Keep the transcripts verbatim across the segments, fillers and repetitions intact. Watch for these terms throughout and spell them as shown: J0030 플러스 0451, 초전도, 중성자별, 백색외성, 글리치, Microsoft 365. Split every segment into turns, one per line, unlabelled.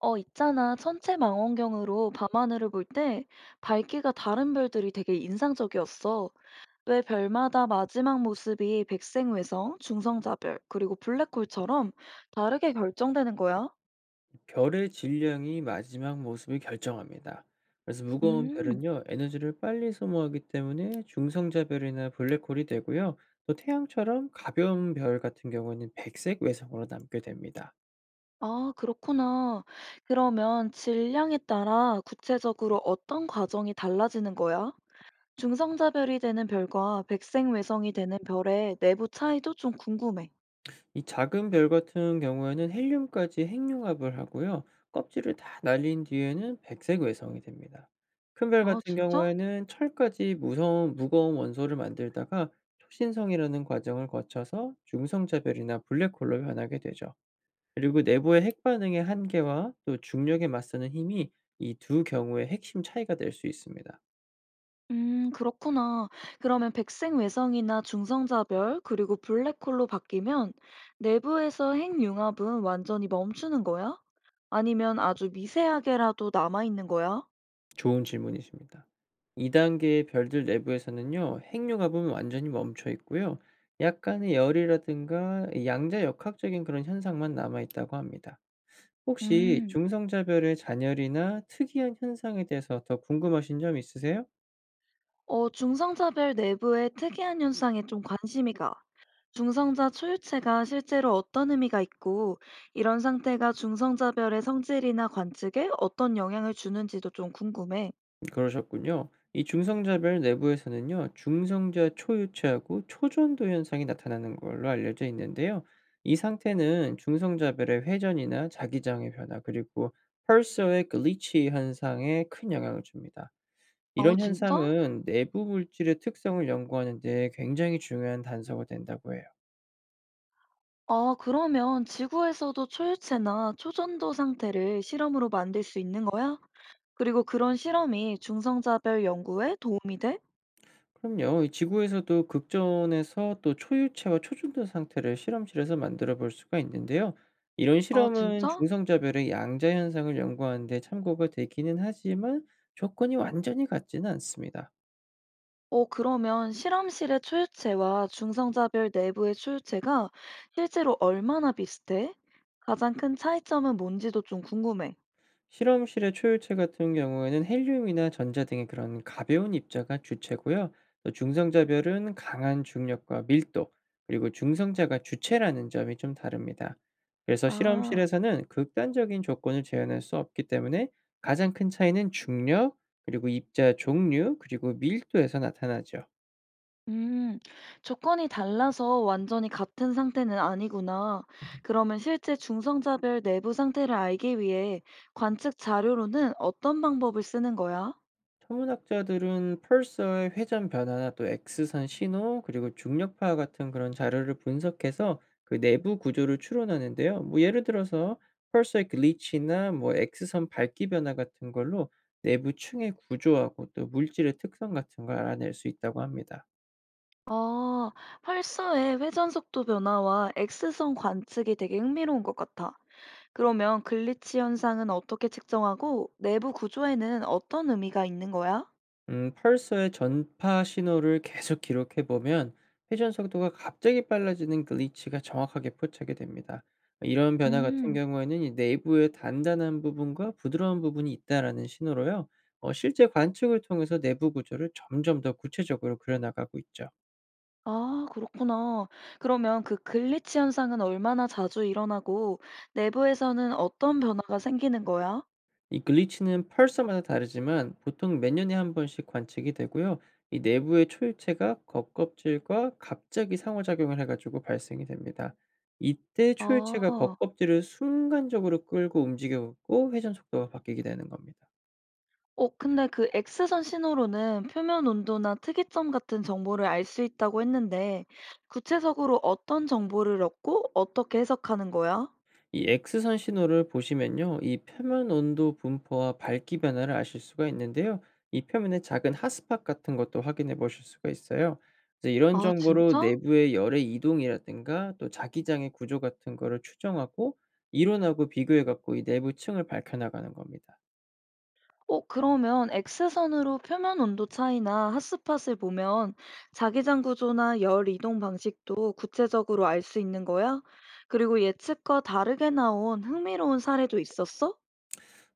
어, 있잖아. 천체 망원경으로 밤하늘을 볼 때 밝기가 다른 별들이 되게 인상적이었어. 왜 별마다 마지막 모습이 백색외성, 중성자별, 그리고 블랙홀처럼 다르게 결정되는 거야?
별의 질량이 마지막 모습을 결정합니다. 그래서 무거운
음,
별은요, 에너지를 빨리 소모하기 때문에 중성자별이나 블랙홀이 되고요. 또 태양처럼 가벼운 별 같은 경우에는 백색 외성으로 남게 됩니다.
아, 그렇구나. 그러면 질량에 따라 구체적으로 어떤 과정이 달라지는 거야? 중성자별이 되는 별과 백색외성이 되는 별의 내부 차이도 좀 궁금해.
이 작은 별 같은 경우에는 헬륨까지 핵융합을 하고요. 껍질을 다 날린 뒤에는 백색 외성이 됩니다. 큰 별
아,
같은
진짜?
경우에는 철까지 무서운 무거운 원소를 만들다가 초신성이라는 과정을 거쳐서 중성자별이나 블랙홀로 변하게 되죠. 그리고 내부의 핵 반응의 한계와 또 중력에 맞서는 힘이 이 두 경우의 핵심 차이가 될 수 있습니다.
음, 그렇구나. 그러면 백색외성이나 중성자별, 그리고 블랙홀로 바뀌면 내부에서 핵융합은 완전히 멈추는 거야? 아니면 아주 미세하게라도 남아있는 거야?
좋은 질문이십니다. 이 단계의 별들 내부에서는요. 핵융합은 완전히 멈춰 있고요. 약간의 열이라든가 이 양자 역학적인 그런 현상만 남아 있다고 합니다. 혹시
음,
중성자별의 잔열이나 특이한 현상에 대해서 더 궁금하신 점 있으세요?
어, 중성자별 내부의 특이한 현상에 좀 관심이 가. 중성자 초유체가 실제로 어떤 의미가 있고, 이런 상태가 중성자별의 성질이나 관측에 어떤 영향을 주는지도 좀 궁금해.
그러셨군요. 이 중성자별 내부에서는요, 중성자 초유체하고 초전도 현상이 나타나는 걸로 알려져 있는데요. 이 상태는 중성자별의 회전이나 자기장의 변화, 그리고 펄서의 글리치 현상에 큰 영향을 줍니다.
아,
이런
진짜?
현상은 내부 물질의 특성을 연구하는 데 굉장히 중요한 단서가 된다고 해요.
아, 그러면 지구에서도 초유체나 초전도 상태를 실험으로 만들 수 있는 거야? 그리고 그런 실험이 중성자별 연구에 도움이 돼?
그럼요. 이 지구에서도 극전에서 또 초유체와 초중등 상태를 실험실에서 만들어 볼 수가 있는데요. 이런
아,
실험은
진짜?
중성자별의 양자 현상을 연구하는 데 참고가 되기는 하지만 조건이 완전히 같지는 않습니다.
어, 그러면 실험실의 초유체와 중성자별 내부의 초유체가 실제로 얼마나 비슷해? 가장 큰 차이점은 뭔지도 좀 궁금해.
실험실의 초열체 같은 경우에는 헬륨이나 전자 등의 그런 가벼운 입자가 주체고요. 또 중성자별은 강한 중력과 밀도, 그리고 중성자가 주체라는 점이 좀 다릅니다. 그래서
아.
실험실에서는 극단적인 조건을 재현할 수 없기 때문에 가장 큰 차이는 중력, 그리고 입자 종류, 그리고 밀도에서 나타나죠.
음, 조건이 달라서 완전히 같은 상태는 아니구나. 그러면 실제 중성자별 내부 상태를 알기 위해 관측 자료로는 어떤 방법을 쓰는 거야?
천문학자들은 펄서의 회전 변화나 또 엑스선 신호 그리고 중력파 같은 그런 자료를 분석해서 그 내부 구조를 추론하는데요. 뭐 예를 들어서 펄서의 글리치나 뭐 엑스선 밝기 변화 같은 걸로 내부 층의 구조하고 또 물질의 특성 같은 걸 알아낼 수 있다고 합니다.
아, 활서의 회전 속도 변화와 엑스선 관측이 되게 흥미로운 것 같아. 그러면 글리치 현상은 어떻게 측정하고 내부 구조에는 어떤 의미가 있는 거야?
음, 펄서의 전파 신호를 계속 기록해 보면 회전 속도가 갑자기 빨라지는 글리치가 정확하게 포착이 됩니다. 이런 변화 같은
음.
경우에는 이 내부의 단단한 부분과 부드러운 부분이 있다라는 신호로요. 어, 실제 관측을 통해서 내부 구조를 점점 더 구체적으로 그려나가고 있죠.
아, 그렇구나. 그러면 그 글리치 현상은 얼마나 자주 일어나고 내부에서는 어떤 변화가 생기는 거야?
이 글리치는 펄서마다 다르지만 보통 몇 년에 한 번씩 관측이 되고요. 이 내부의 초유체가 겉껍질과 갑자기 상호작용을 해가지고 발생이 됩니다. 이때 초유체가
아,
겉껍질을 순간적으로 끌고 움직였고 회전 속도가 바뀌게 되는 겁니다.
어, 근데 그 엑스선 신호로는 표면 온도나 특이점 같은 정보를 알 수 있다고 했는데 구체적으로 어떤 정보를 얻고 어떻게 해석하는 거야?
이 엑스선 신호를 보시면요. 이 표면 온도 분포와 밝기 변화를 아실 수가 있는데요. 이 표면의 작은 핫스팟 같은 것도 확인해 보실 수가 있어요. 그래서 이런
아,
정보로
진짜?
내부의 열의 이동이라든가 또 자기장의 구조 같은 거를 추정하고 이론하고 비교해 갖고 이 내부 층을 밝혀 나가는 겁니다.
어, 그러면 엑스선으로 표면 온도 차이나 핫스팟을 보면 자기장 구조나 열 이동 방식도 구체적으로 알 수 있는 거야? 그리고 예측과 다르게 나온 흥미로운 사례도 있었어?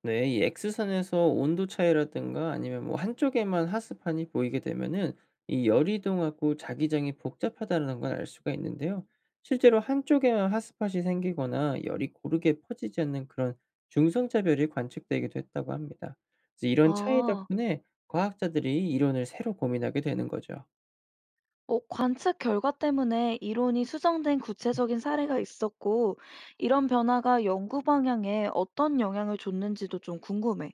네. 이 X선에서 온도 차이라든가 아니면 뭐 한쪽에만 하스판이 보이게 되면은 이 열이 이동하고 자기장이 복잡하다는 걸 알 수가 있는데요. 실제로 한쪽에만 핫스팟이 생기거나 열이 고르게 퍼지지 않는 그런 중성차별이 관측되기도 했다고 합니다. 그래서 이런 차이
아,
덕분에 과학자들이 이론을 새로 고민하게 되는 거죠.
어, 관측 결과 때문에 이론이 수정된 구체적인 사례가 있었고, 이런 변화가 연구 방향에 어떤 영향을 줬는지도 좀 궁금해.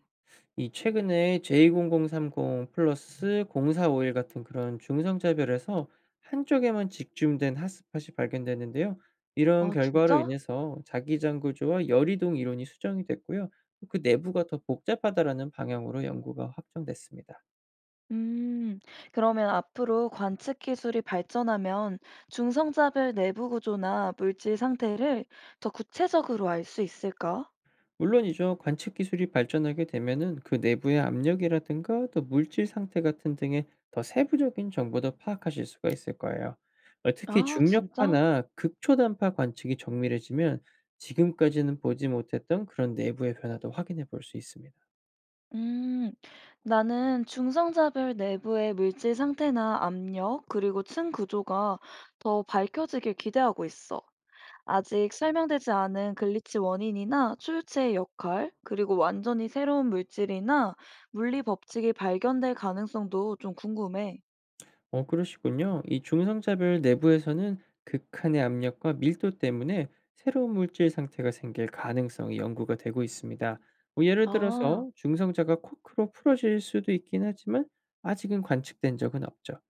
이 최근에 제이 공공삼공 플러스 공사오일 같은 그런 중성차별에서 한쪽에만 집중된 핫스팟이 발견됐는데요. 이런
아,
결과로
진짜?
인해서 자기장 구조와 열이동 이론이 수정이 됐고요. 그 내부가 더 복잡하다라는 방향으로 연구가 확정됐습니다.
음, 그러면 앞으로 관측 기술이 발전하면 중성자별 내부 구조나 물질 상태를 더 구체적으로 알 수 있을까?
물론이죠. 관측 기술이 발전하게 되면은 그 내부의 압력이라든가 또 물질 상태 같은 등의 더 세부적인 정보도 파악하실 수가 있을 거예요. 어, 특히
아, 진짜?
중력파나 극초단파 관측이 정밀해지면 지금까지는 보지 못했던 그런 내부의 변화도 확인해 볼 수 있습니다.
음, 나는 중성자별 내부의 물질 상태나 압력, 그리고 층 구조가 더 밝혀지길 기대하고 있어. 아직 설명되지 않은 글리치 원인이나 출처의 역할, 그리고 완전히 새로운 물질이나 물리 법칙이 발견될 가능성도 좀 궁금해.
어 그러시군요. 이 중성자별 내부에서는 극한의 압력과 밀도 때문에 새로운 물질 상태가 생길 가능성이 연구가 되고 있습니다. 뭐 예를
아.
들어서 중성자가 코크로 풀어질 수도 있긴 하지만 아직은 관측된 적은 없죠.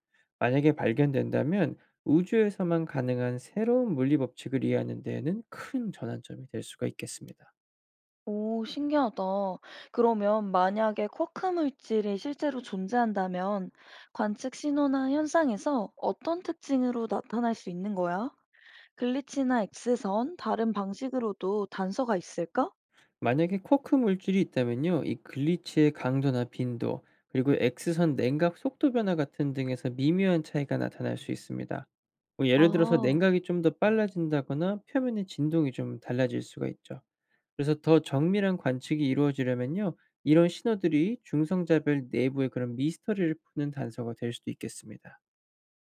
만약에 발견된다면 우주에서만 가능한 새로운 물리 법칙을 이해하는 데에는 큰 전환점이 될 수가 있겠습니다.
오 신기하다. 그러면 만약에 쿼크 물질이 실제로 존재한다면 관측 신호나 현상에서 어떤 특징으로 나타날 수 있는 거야? 글리치나 엑스선 다른 방식으로도 단서가 있을까?
만약에 쿼크 물질이 있다면요. 이 글리치의 강도나 빈도, 그리고 엑스선 냉각 속도 변화 같은 등에서 미묘한 차이가 나타날 수 있습니다. 뭐 예를 들어서
아.
냉각이 좀 더 빨라진다거나 표면의 진동이 좀 달라질 수가 있죠. 그래서 더 정밀한 관측이 이루어지려면요. 이런 신호들이 중성자별 내부의 그런 미스터리를 푸는 단서가 될 수도 있겠습니다.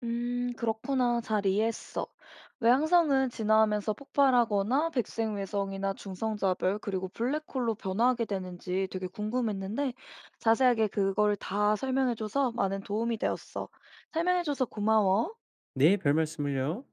음, 그렇구나. 잘 이해했어. 외향성은 진화하면서 폭발하거나 백색외성이나 중성자별, 그리고 블랙홀로 변화하게 되는지 되게 궁금했는데 자세하게 그걸 다 설명해줘서 많은 도움이 되었어. 설명해줘서 고마워.
네, 별 말씀을요.